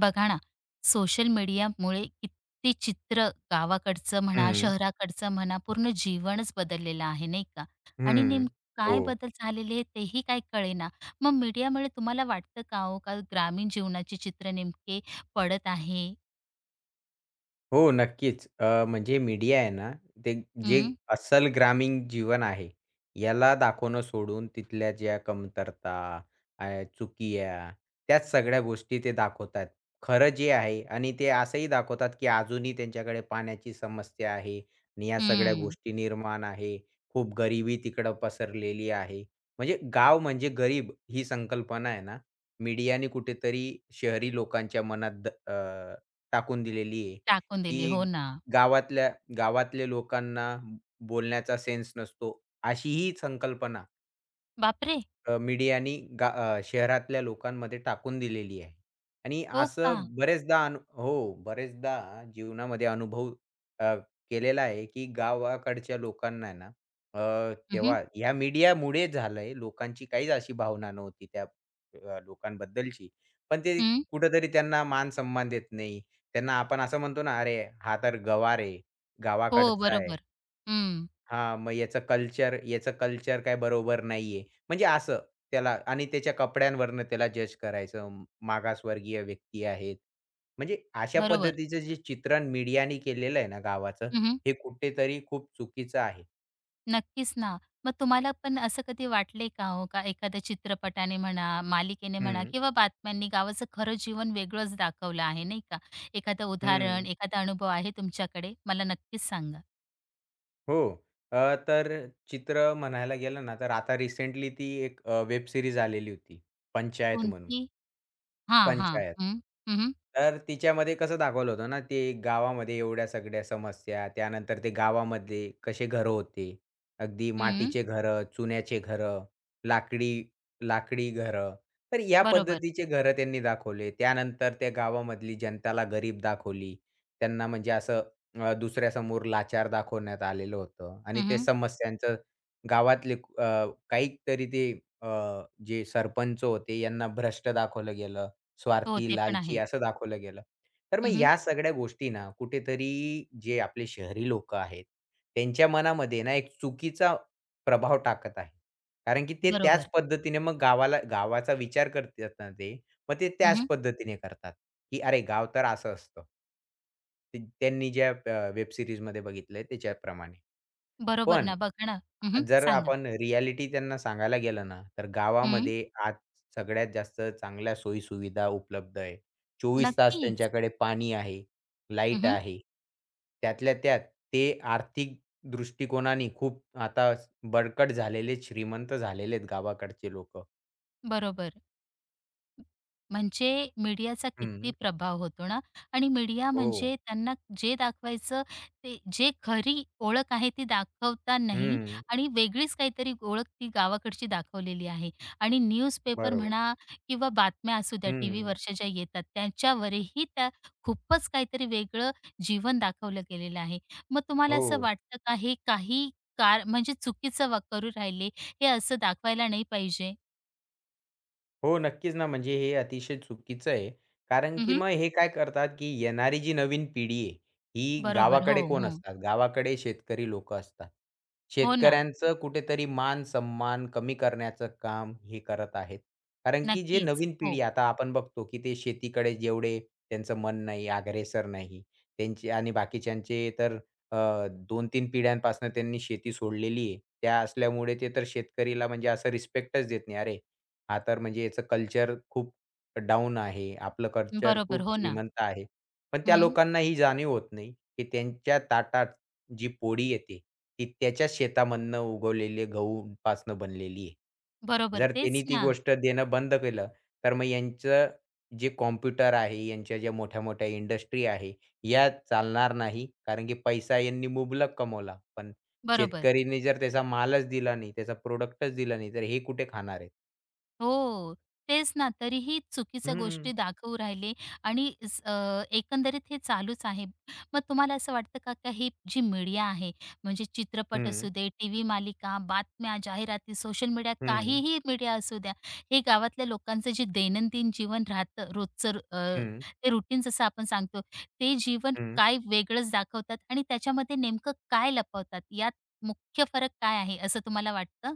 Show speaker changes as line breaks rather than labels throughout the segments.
बघा ना, सोशल मीडियामुळे किती चित्र गावाकडचं म्हणा,
हं,
शहराकडचं म्हणा, पूर्ण जीवनच बदललेलं आहे, नाही का? आणि
हं.
नेमकं काय
हो.
बदल झालेले आहे तेही काही कळेना. मग मीडियामुळे तुम्हाला वाटतं का हो, का ग्रामीण जीवनाचे चित्र नेमके पडत आहे?
हो, नक्कीच. म्हणजे मीडिया आहे ना, ते जे
हं,
अस्सल ग्रामीण जीवन आहे, याला दाखवणं सोडून तिथल्या ज्या कमतरता, अ, चुकिया, त्याच सगळ्या गोष्टी ते दाखवतात. खरं जे आहे आणि ते असंही दाखवतात, की अजूनही त्यांच्याकडे पाण्याची समस्या आहे आणि या सगळ्या
हं.
गोष्टी निर्माण आहे. खूप गरिबी तिकडं पसरलेली आहे. म्हणजे गाव म्हणजे गरीब ही संकल्पना आहे ना, मीडियाने कुठेतरी शहरी लोकांच्या मनात टाकून दिलेली आहे.
टाकून दिली. हो
की
ना.
गावातल्या गावातल्या लोकांना बोलण्याचा सेन्स नसतो, अशी ही संकल्पना
बापरे!
मीडियानी शहरातल्या लोकांमध्ये टाकून दिलेली आहे. आणि
हो
असं
का?
बरेचदा हो, बरेचदा जीवनामध्ये अनुभव अ, केलेला आहे, की गावाकडच्या लोकांना आहे ना,
हं, हं.
तेव्हा ह्या मीडियामुळे झालंय. लोकांची काहीच अशी भावना नव्हती त्या लोकांबद्दलची. पण ते
हं.
कुठेतरी त्यांना मान-सन्मान देत नाही. त्यांना आपण असं म्हणतो ना, "अरे, हा तर गवार आहे,
हो,
गावाकडचा आहे."
बरोबर. हं,
हां, मग याचं कल्चर काय बरोबर नाहीये. म्हणजे असं त्याला आणि त्याच्या कपड्यांवरनं त्याला जज करायचं. मागासवर्गीय व्यक्ती आहेत. म्हणजे अशा
बरोबर.
पद्धतीचं जे चित्रण मीडियाने केलेलं आहे ना गावाचं,
हं, हं.
हे कुठेतरी खूप चुकीचं आहे.
नक्कीच ना. मग तुम्हाला पण असं कधी वाटलंय का हो, का एखाद्या चित्रपटाने म्हणा, मालिकेने म्हणा
हं,
किंवा बातम्यांनी गावाचं खरं जीवन वेगळंच दाखवलं आहे, नाही का? एखादं उदाहरण,
हं.
एखादा अनुभव आहे तुमच्याकडे? मला नक्कीच सांगा.
हो. तर चित्र म्हणायला गेलं ना, तर आता रिसेंटली ती एक वेब सीरीज आलेली होती, पंचायत म्हणून.
कोणती? हां, हां.
पंचायत.
हं, हं, हं,
तर तिच्यामध्ये कसं दाखवलं होतं ना, ते गावामध्ये एवढ्या सगळ्या समस्या, त्यानंतर ते गावामध्ये कसे घरं होते. अगदी मातीचे घरं, चुन्याचे घरं, लाकडी लाकडी घरं. तर या
बरोबर.
पद्धतीचे घरं त्यांनी दाखवले. त्यानंतर त्या गावामधली जनताला गरीब दाखवली. त्यांना म्हणजे असं दुसऱ्यासमोर लाचार दाखवण्यात आलेलं होतं आणि ते
हं,
समस्यांचं गावातले काहीतरी ते अ, जे सरपंच होते यांना भ्रष्ट दाखवलं गेलं.
हो,
स्वार्थी,
ते पण
लालची
आहे.
असं दाखवलं गेलं. तर मग
हं, हं.
या सगळ्या गोष्टी ना कुठेतरी जे आपले शहरी लोकं आहेत, त्यांच्या मनामध्ये ना एक चुकीचा प्रभाव टाकत आहे. कारण की ते
बरोबर.
त्याच पद्धतीने मग गावाला गावाचा विचार करतात ना ते, मग ते त्याच
हं,
पद्धतीने करतात, की अरे गाव तर असं असतं. ते त्यांनी ज्या वेब सीरीजमध्ये बघितलंय त्याच्याप्रमाणे.
बरोबर
पण
ना. बघा ना. हं,
जर
सांगा.
आपण रियालिटी त्यांना सांगायला गेलं ना, तर
हं.
गावामध्ये आज सगळ्यात जास्त चांगल्या सोयी-सुविधा उपलब्ध आहे. 24 तास
नक्कीच.
त्यांच्याकडे पाणी आहे,
हं,
लाईट
हं.
आहे. त्यातल्या त्यात ते आर्थिक दृष्टिकोनाने खूप आता बळकट झालेले, श्रीमंत झालेले आहेत गावाकडचे लोकं.
बरोबर. म्हणजे मीडियाचा किती
हं.
प्रभाव होतो ना आणि मीडिया
हो.
म्हणजे त्यांना जे दाखवायचं ते जे खरी ओळख आहे ती दाखवता नाही
हं.
आणि वेगळीच काहीतरी ओळख ती गावाकडची दाखवलेली आहे आणि न्यूजपेपर
बरोबर.
म्हणा किंवा बातम्या असू द्या टी
हं.
व्हीवरच्या ज्या येतात त्यांच्यावरही त्या खूपच काहीतरी वेगळं जीवन दाखवलं गेलेलं आहे. मग तुम्हाला
हो.
असं वाटतं का हे काही म्हणजे चुकीचं वा करू राहिले हे असं दाखवायला नाही पाहिजे?
हो, नक्कीच ना, म्हणजे हे अतिशय चुकीचं आहे. कारण की
हं,
मग हे काय करतात, की येणारी जी नवीन पिढी आहे, ही
बरोबर. हो,
गावाकडे कोण
हो.
असतात? गावाकडे शेतकरी लोकं असतात.
हो ना.
शेतकऱ्यांचं कुठेतरी मान-सन्मान कमी करण्याचं काम हे करत आहेत. कारण की जे
नक्कीच.
नवीन
हो.
पिढी आता आपण बघतो, की ते शेतीकडे जेवढे त्यांचं मन नाही, अग्रेसर नाही. त्यांचे आणि बाकीच्यांचे तर अ, 2-3 पिढ्यांपासून त्यांनी शेती सोडलेली आहे. त्या असल्यामुळे ते तर शेतकरीला म्हणजे असं रिस्पेक्टच देत नाही. अरे, हां, तर म्हणजे याचं कल्चर खूप डाउन आहे. आपलं कल्चर
बरोबर.
खूप
हो ना.
श्रीमंत आहे. पण त्या
हं.
लोकांना ही जाणीव होत नाही, की त्यांच्या ताटात जी पोळी येते, ती त्याच्या शेतामधनं उगवलेले गहूपासनं बनलेली आहे.
बरोबर.
जर
तेच
त्यांनी ती
ना.
गोष्ट देणं बंद केलं, तर मग यांचं जे कॉम्प्युटर आहे, यांच्या ज्या मोठ्या-मोठ्या इंडस्ट्री आहे, या चालणार नाही. कारण की पैसा यांनी मुबलक कमवला. पण
बरोबर.
शेतकरीने जर त्याचा मालच दिला नाही, त्याचा प्रॉडक्टच दिला नाही, तर हे कुठे खाणार आहेत?
हो, तेच ना. तरीही चुकीच्या
हं,
गोष्टी दाखवू राहिले आणि एकंदरीत हे चालूच आहे. मग तुम्हाला असं वाटतं का, का ही जी मीडिया आहे, म्हणजे चित्रपट
हं,
असू दे, टीव्ही मालिका, बातम्या, जाहिराती, सोशल मीडिया,
हं,
काहीही मीडिया असू द्या, हे गावातल्या लोकांचं जे दैनंदिन जीवन राहतं रोजचं
हं,
ते रुटीन जसं आपण सांगतो, ते जीवन
हं.
काय वेगळंच दाखवतात आणि त्याच्यामध्ये नेमकं काय लपवतात, यात मुख्य फरक काय आहे असं तुम्हाला वाटतं?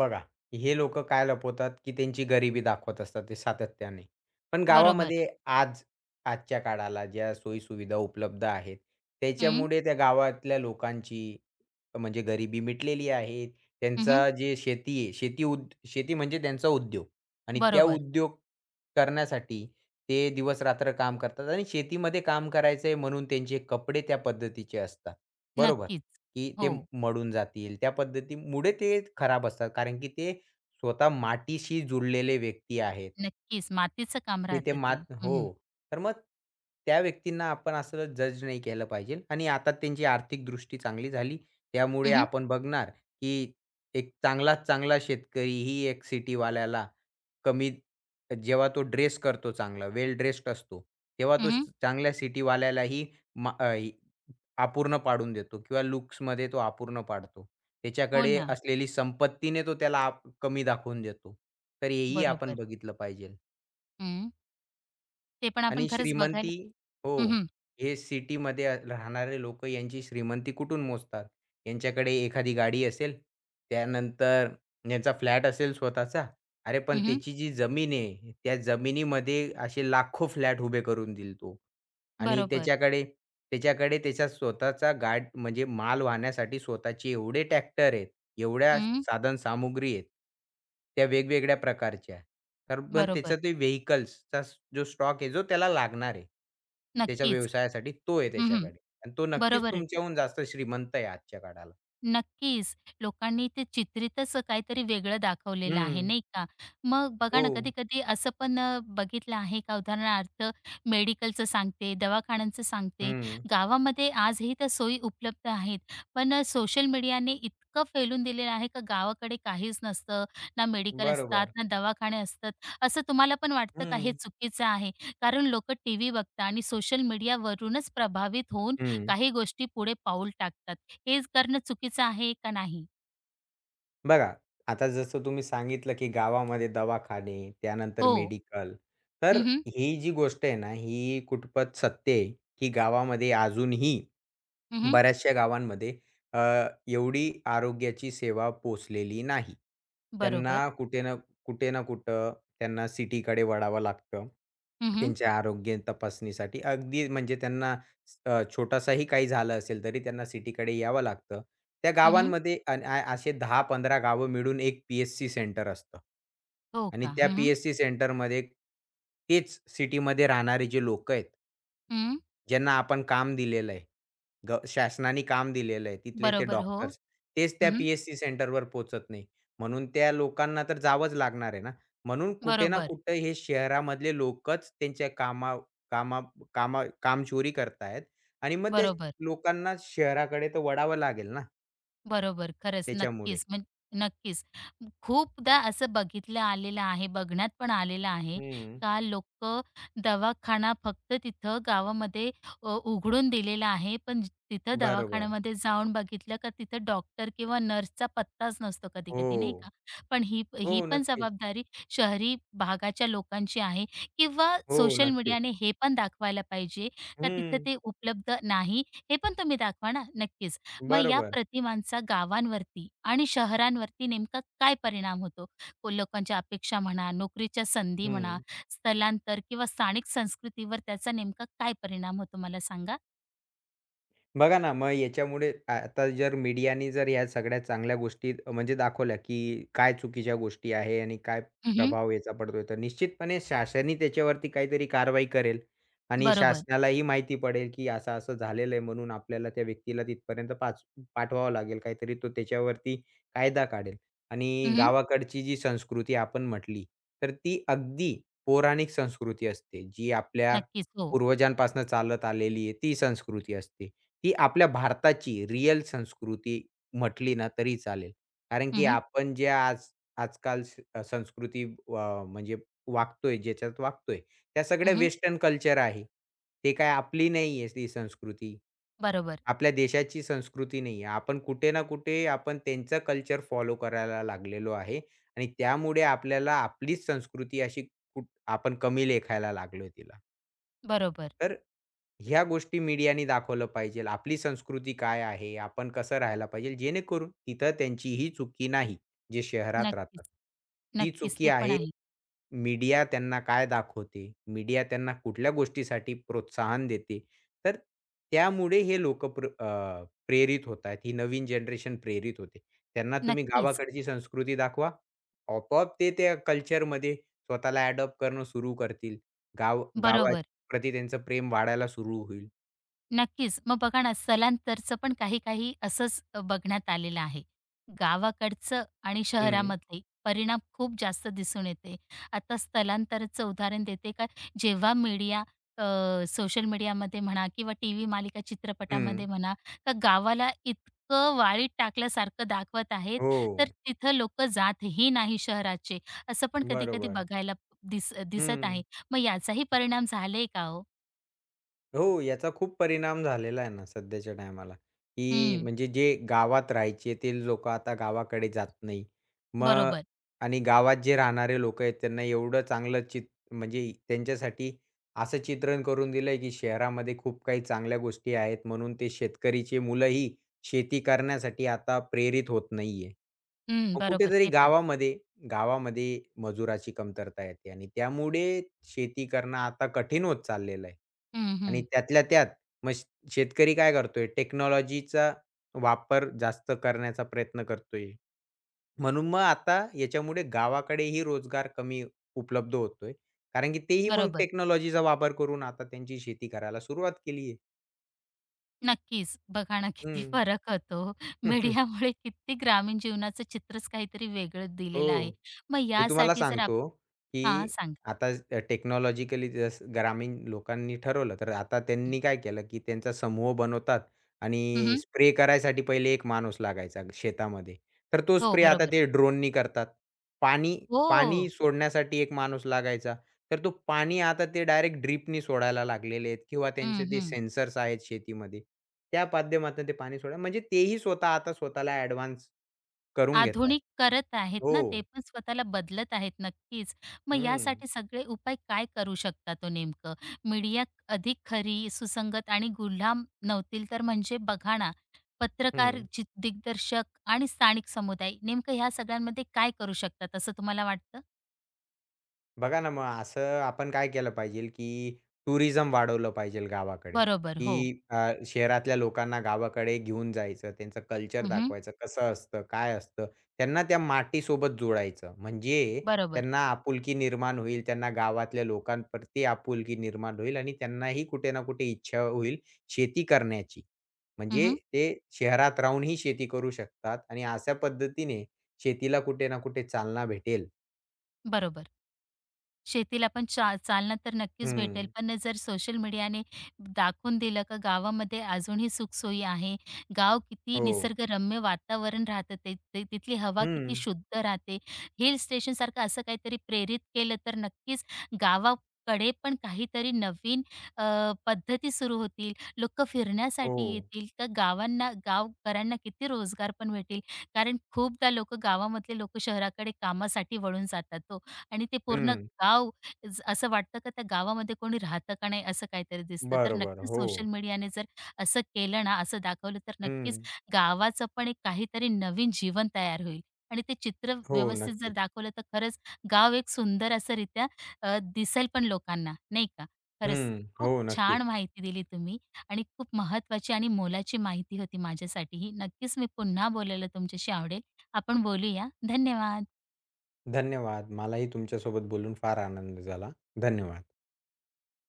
बघा, हे लोकं काय लपवतात, की त्यांची गरिबी दाखवत असतात ते सातत्याने. पण
बरोबर.
गावामध्ये आज आजच्या काळाला ज्या सोयी-सुविधा उपलब्ध आहेत, त्याच्यामुळे त्या गावातल्या लोकांची म्हणजे गरिबी मिटलेली आहे.
हं, हं.
त्यांचा जे शेती आहे, शेती म्हणजे त्यांचा उद्योग आणि त्या
बरोबर.
उद्योग करण्यासाठी ते दिवस-रात्र काम करतात आणि शेतीमध्ये काम करायचंय म्हणून त्यांचे कपडे त्या पद्धतीचे असतात. बरोबर,
नक्कीच.
की
हो,
ते मळून जातील. त्या पद्धतीमुळे ते खराब असतात. कारण की ते स्वतः मातीशी जुळलेले व्यक्ती आहेत.
नक्कीच. मातीचं काम
की ते
राहतं ते.
मात
हं,
हो.
हं.
तर मग त्या व्यक्तींना आपण असं जज नाही केलं पाहिजे आणि आता त्यांची आर्थिक दृष्टी चांगली झाली. त्यामुळे
हं,
आपण बघणार, की एक चांगलात चांगला शेतकरीही एक सिटीवाल्याला कमी जेव्हा तो ड्रेस करतो चांगला, वेल ड्रेस्ड असतो, तेव्हा तो चांगल्या सिटीवाल्यालाही अपूर्ण पाडून देतो किंवा लुक्समध्ये तो अपूर्ण पाडतो.
हो
त्याच्याकडे
ना.
असलेली संपत्तीने तो त्याला आप कमी दाखवून देतो. तर हेही आपण
बरोबर.
बघितलं पाहिजे.
हं. ते पण आपण
आणि
खरंच बघायला
श्रीमंती हो,
हं, हं.
हे सिटीमध्ये राहणारे लोक यांची श्रीमंती कुठून मोजतात? यांच्याकडे एखादी गाडी असेल, त्यानंतर यांचा फ्लॅट असेल स्वतःचा. अरे, पण
हं,
त्याची जी जमीन आहे, त्या जमिनीमध्ये असे लाखो फ्लॅट उभे करून दिल तो आणि
बरोबर.
त्याच्याकडे त्याच्याकडे त्याचा स्वतःचा गाड म्हणजे माल वाहण्यासाठी स्वतःचे एवढे ट्रॅक्टर आहेत, एवढ्या
हं.
साधनसामुग्री आहेत, त्या वेगवेगळ्या प्रकारच्या. तर पण
बरोबर.
त्याचा ते व्हेइकल्सचा जो स्टॉक आहे, जो त्याला लागणार आहे. त्याच्या
नक्कीच.
व्यवसायासाठी तो आहे
हं,
त्याच्याकडे आणि तो नक्कीच
बरोबर आहे.
तुमच्याहून जास्त श्रीमंत आहे आजच्या काळाला.
नक्कीच. लोकांनी ते चित्रितच काहीतरी वेगळं दाखवलेलं आहे,
हं.
नाही का? मग बघा
हो.
ना, कधी-कधी असं पण बघितलं आहे का? उदाहरणार्थ मेडिकलचं सांगते, दवाखान्यांचं सांगते.
हं.
गावामध्ये आजही त्या सोयी उपलब्ध आहेत. पण सोशल मीडियाने इतकं फैलून दिलेलं आहे का गावाकडे काहीच नसतं. ना मेडिकल असतात,
बरोबर.
ना दवाखाने असतात. असं तुम्हाला पण वाटतं का हे
हं.
चुकीचं आहे? कारण लोकं टीव्ही बघतात आणि सोशल मीडियावरूनच प्रभावित होऊन
हं.
काही गोष्टी पुढे पाऊल टाकतात. हे करणं चुकीचं आहे का नाही?
बघा, आता जसं तुम्ही सांगितलं, की गावामध्ये दवाखाने, त्यानंतर
हो.
मेडिकल. तर
हं, हं.
ही जी गोष्ट आहे ना, ही कुठपत सत्य आहे, की गावामध्ये अजूनही बऱ्याचशा गावांमध्ये अ, एवढी आरोग्याची सेवा पोहोचलेली नाही. त्यांना
बरोबर.
कुठे ना कुठे ना कुठं त्यांना सिटीकडे वळावं लागतं.
हं, हं.
त्यांच्या आरोग्य तपासणीसाठी अगदी म्हणजे त्यांना छोटासाही काही झालं असेल तरी त्यांना सिटीकडे यावं लागतं. त्या गावांमध्ये असे 10-15 गावं मिळून एक पी-एच-सी सेंटर असतं.
हो
आणि
का?
त्या
हं, हं.
पी-एच-सी सेंटरमध्ये तेच सिटीमध्ये राहणारे जे लोकं आहेत ज्यांना आपण काम दिलेलं आहे. शासनाने काम दिलेलं आहे. तिथले ते
बरोबर. हो.
डॉक्टर्स. तेच त्या
हं,
पी-एच-सी सेंटरवर पोहचत नाही. म्हणून त्या लोकांना तर जावंच लागणार आहे ना. म्हणून कुठे ना
बरोबर.
कुठे हे शहरामधले लोकच त्यांच्या कामा कामा कामा कामचोरी करतायत आणि मग ते
बरोबर.
लोकांना शहराकडे तर वळावं लागेल ना
बरोबर. खरंच,
त्याच्यामुळे.
नक्कीच. नक्कीच. खूपदा असं बघितलं आलेलं आहे, बघण्यात पण आलेलं आहे
हं.
का लोकं दवाखाना फक्त तिथं गावामध्ये उघडून दिलेला आहे, पण तिथं
बरोबर.
दवाखान्यामध्ये जाऊन बघितलं का तिथं डॉक्टर किंवा नर्सचा पत्ताच नसतो कधी-कधी नाही का?
हो.
पण ही ही
हो,
पण
नक्कीच.
जबाबदारी शहरी भागाच्या लोकांची आहे किंवा
हो,
सोशल
नक्कीच.
मीडियाने हे पण दाखवायला पाहिजे का तिथं
हं.
ते उपलब्ध नाही, हे पण तुम्ही दाखवा ना. नक्कीच. मग या
बरोबर.
प्रतिमांचा गावांवरती आणि शहरांवरती नेमका काय परिणाम होतो? लोकांच्या अपेक्षा म्हणा, नोकरीच्या संधी म्हणा,
हं.
स्थलांतर किंवा स्थानिक संस्कृतीवर त्याचा नेमका काय परिणाम होतो मला सांगा?
बघा ना, मग याच्यामुळे आता जर मीडियाने जर ह्या सगळ्या चांगल्या गोष्टी म्हणजे दाखवल्या, की काय चुकीच्या गोष्टी आहे आणि काय
हं, हं.
प्रभाव याचा पडतोय, तर निश्चितपणे शासनही त्याच्यावरती काहीतरी कारवाई करेल आणि
बरोबर.
शासनालाही माहिती पडेल, की असं-असं झालेलं आहे म्हणून आपल्याला त्या व्यक्तीला तिथपर्यंत पाठवावं लागेल. काहीतरी तो त्याच्यावरती कायदा काढेल आणि
हं, हं.
गावाकडची जी संस्कृती आपण म्हटली, तर ती अगदी पौराणिक संस्कृती असते, जी आपल्या
नक्कीच. हो.
पूर्वजांपासून चालत आलेली आहे, ती संस्कृती असते. ही आपल्या भारताची रिअल संस्कृती म्हटली ना तरी चालेल. कारण
हं,
की
हं.
आपण जे आजकाल म्हणजे वागतोय, ज्याच्यात वागतोय, त्या सगळ्या वेस्टर्न कल्चर आहे. ते काय आपली नाहीये ती संस्कृती.
बरोबर,
आपल्या देशाची संस्कृती नाहीये. आपण कुठे ना कुठे आपण त्यांचं कल्चर फॉलो करायला लागलेलो आहे आणि त्यामुळे आपल्याला आपलीच संस्कृती अशी कुठ आपण कमी लेखायला लागलोय तिला.
बरोबर.
तर ह्या गोष्टी मीडियाने दाखवलं पाहिजे. आपली संस्कृती काय आहे? आपण कसं राहायला पाहिजे? जेणेकरून तिथं त्यांची ही चुकी नाही, जे शहरात
नक्कीच,
राहतात. ती
नक्कीच.
चुकी
ते पण
आहे
आहे.
मीडिया त्यांना काय दाखवते? मीडिया त्यांना कुठल्या गोष्टीसाठी प्रोत्साहन देते? तर त्यामुळे हे लोकं प्रेरित होत आहेत. ही नवीन जनरेशन प्रेरित होते. त्यांना तुम्ही
नक्कीच.
गावाकडची संस्कृती दाखवा, आपोआप ते त्या कल्चरमध्ये स्वतःला अडॉप्ट करणं सुरू करतील. गाव
बरोबर.
गावाप्रती त्यांचं प्रेम वाढायला सुरू होईल.
नक्कीच. मग बघा ना, स्थलांतरचं पण काही-काही असंच बघण्यात आलेलं आहे. गावाकडचं आणि
हं,
शहरामधले परिणाम खूप जास्त दिसून येते. आता स्थलांतरचं उदाहरण देते का जेव्हा मीडिया अ, सोशल मीडियामध्ये म्हणा किंवा टीव्ही मालिका चित्रपटामध्ये
हं.
म्हणा, का गावाला इतकं वाळीत टाकल्यासारखं दाखवत आहेत,
हो,
तर तिथं लोकं जातही नाही शहराचे. असं पण कधी-कधी
बरोबर.
बघायला दिसत
हं.
आहे. मग याचाही परिणाम झालाय का हो?
हो, याचा खूप परिणाम झालेला आहे ना सध्याच्या टायमाला, की
हं,
म्हणजे जे गावात राहायचे ते लोकं आता गावाकडे जात नाही. मग
बरोबर.
आणि गावात जे राहणारे लोकं आहेत त्यांना एवढं चांगलं म्हणजे त्यांच्यासाठी असं चित्रण करून दिलंय, की शहरामध्ये खूप काही चांगल्या गोष्टी आहेत म्हणून ते शेतकरीची मुलंही शेती करण्यासाठी आता प्रेरित होत नाहीये.
हं,
मग
बरोबर.
कुठेतरी
ते पण.
गावामध्ये गावामध्ये मजुराची कमतरता येते आणि त्यामुळे शेती करणं आता कठीण होत चाललेलं आहे.
हं,
आणि
हं.
त्यातल्या त्यात मग शेतकरी काय करतोय टेक्नॉलॉजीचा वापर जास्त करण्याचा प्रयत्न करतोय. म्हणून मग आता याच्यामुळे गावाकडेही रोजगार कमी उपलब्ध होतोय. कारण की तेही मग
बरोबर.
टेक्नॉलॉजीचा वापर करून आता त्यांची शेती करायला सुरुवात केली आहे.
नक्कीच. बघा ना किती
हं.
फरक होतो. मीडियामुळे किती ग्रामीण जीवनाचं चित्रच काहीतरी वेगळं दिलेलं
हो.
आहे. मग
मी तुम्हाला
यासाठी जर
सांगतो,
हां,
की
सांगा.
आता टेक्नॉलॉजिकली जसं ग्रामीण लोकांनी ठरवलं, तर आता त्यांनी काय केलं, की त्यांचा समूह बनवतात
हं,
आणि
हं.
स्प्रे करायसाठी पहिले एक माणूस लागायचा शेतामध्ये. तर तो
हो,
स्प्रे आता
बरोबर.
ते ड्रोननी करतात. पाणी
हो.
पाणी सोडण्यासाठी एक माणूस लागायचा. तर तो पाणी आता ते डायरेक्ट ड्रिपनी सोडायला लागलेले आहेत किंवा त्यांचे
हं,
ते
हं.
सेन्सर्स आहेत शेतीमध्ये. त्या माध्यमातून ते पाणी सोडा म्हणजे तेही स्वतः आता स्वतःला ॲडव्हान्स करून घेतात.
आधुनिक करत आहेत
हो.
ना, ते पण स्वतःला बदलत आहेत नक्कीच. मग
हं,
यासाठी सगळे उपाय काय करू शकता तो नेमकं? मीडिया अधिक खरी, सुसंगत आणि गुलाम नव्हतील तर म्हणजे बघा ना, पत्रकार,
हं.
दिग्दर्शक आणि स्थानिक समुदाय नेमकं ह्या सगळ्यांमध्ये काय करू शकतात असं तुम्हाला वाटतं?
बघा ना, मग असं आपण काय केलं पाहिजे, की टुरिझम वाढवलं पाहिजे गावाकडे,
बरोबर. हो.
की शहरातल्या लोकांना गावाकडे घेऊन जायचं, त्यांचं कल्चर
हं,
दाखवायचं, कसं असतं, काय असतं. त्यांना त्या मातीसोबत जोडायचं. म्हणजे
बरोबर.
त्यांना आपुलकी निर्माण होईल, त्यांना गावातल्या लोकांप्रती आपुलकी निर्माण होईल आणि त्यांनाही कुठे ना कुठे इच्छा होईल शेती करण्याची. म्हणजे
हं,
ते शहरात राहूनही शेती करू शकतात आणि अशा पद्धतीने शेतीला कुठे ना कुठे चालना भेटेल.
बरोबर. शेतीला पण चालना तर नक्कीच भेटेल.
हं.
पण जर सोशल मीडियाने दाखवून दिलं का गावामध्ये अजूनही सुखसोयी आहे. गाव किती
हो.
निसर्गरम्य वातावरण राहतं ते ते तिथली हवा किती
हं.
शुद्ध राहते. हिल स्टेशनसारखं असं काहीतरी प्रेरित केलं तर नक्कीच गावाकडे पण काहीतरी नवीन अ, पद्धती सुरू होतील. लोकं
हो.
फिरण्यासाठी येतील. तर गावांना गावकऱ्यांना किती रोजगार पण भेटेल. कारण खूपदा लोकं गावामधले लोकं शहराकडे कामासाठी वळून जातात हो आणि ते पूर्ण
हं.
गाव असं वाटतं का त्या गावामध्ये कोणी राहतं का नाही असं काहीतरी दिसतं. तर
बरोबर.
नक्कीच
हो.
सोशल मीडियाने जर असं केलं ना, असं दाखवलं तर नक्कीच
हं.
गावाचं पण एक काहीतरी नवीन जीवन तयार होईल आणि ते चित्र
हो,
व्यवस्थित जर
नक्कीच.
दाखवलं तर खरंच गाव एक सुंदर असं रित्या दिसेल पण लोकांना, नाही का?
हं.
खरंच खूप
हो, नक्कीच.
छान माहिती दिली तुम्ही आणि खूप महत्त्वाची आणि मोलाची माहिती होती माझ्यासाठी ही. नक्कीच मी पुन्हा बोलायला तुमच्याशी आवडेल. आपण बोलूया. धन्यवाद.
धन्यवाद. मलाही तुमच्यासोबत बोलून फार आनंद झाला. धन्यवाद.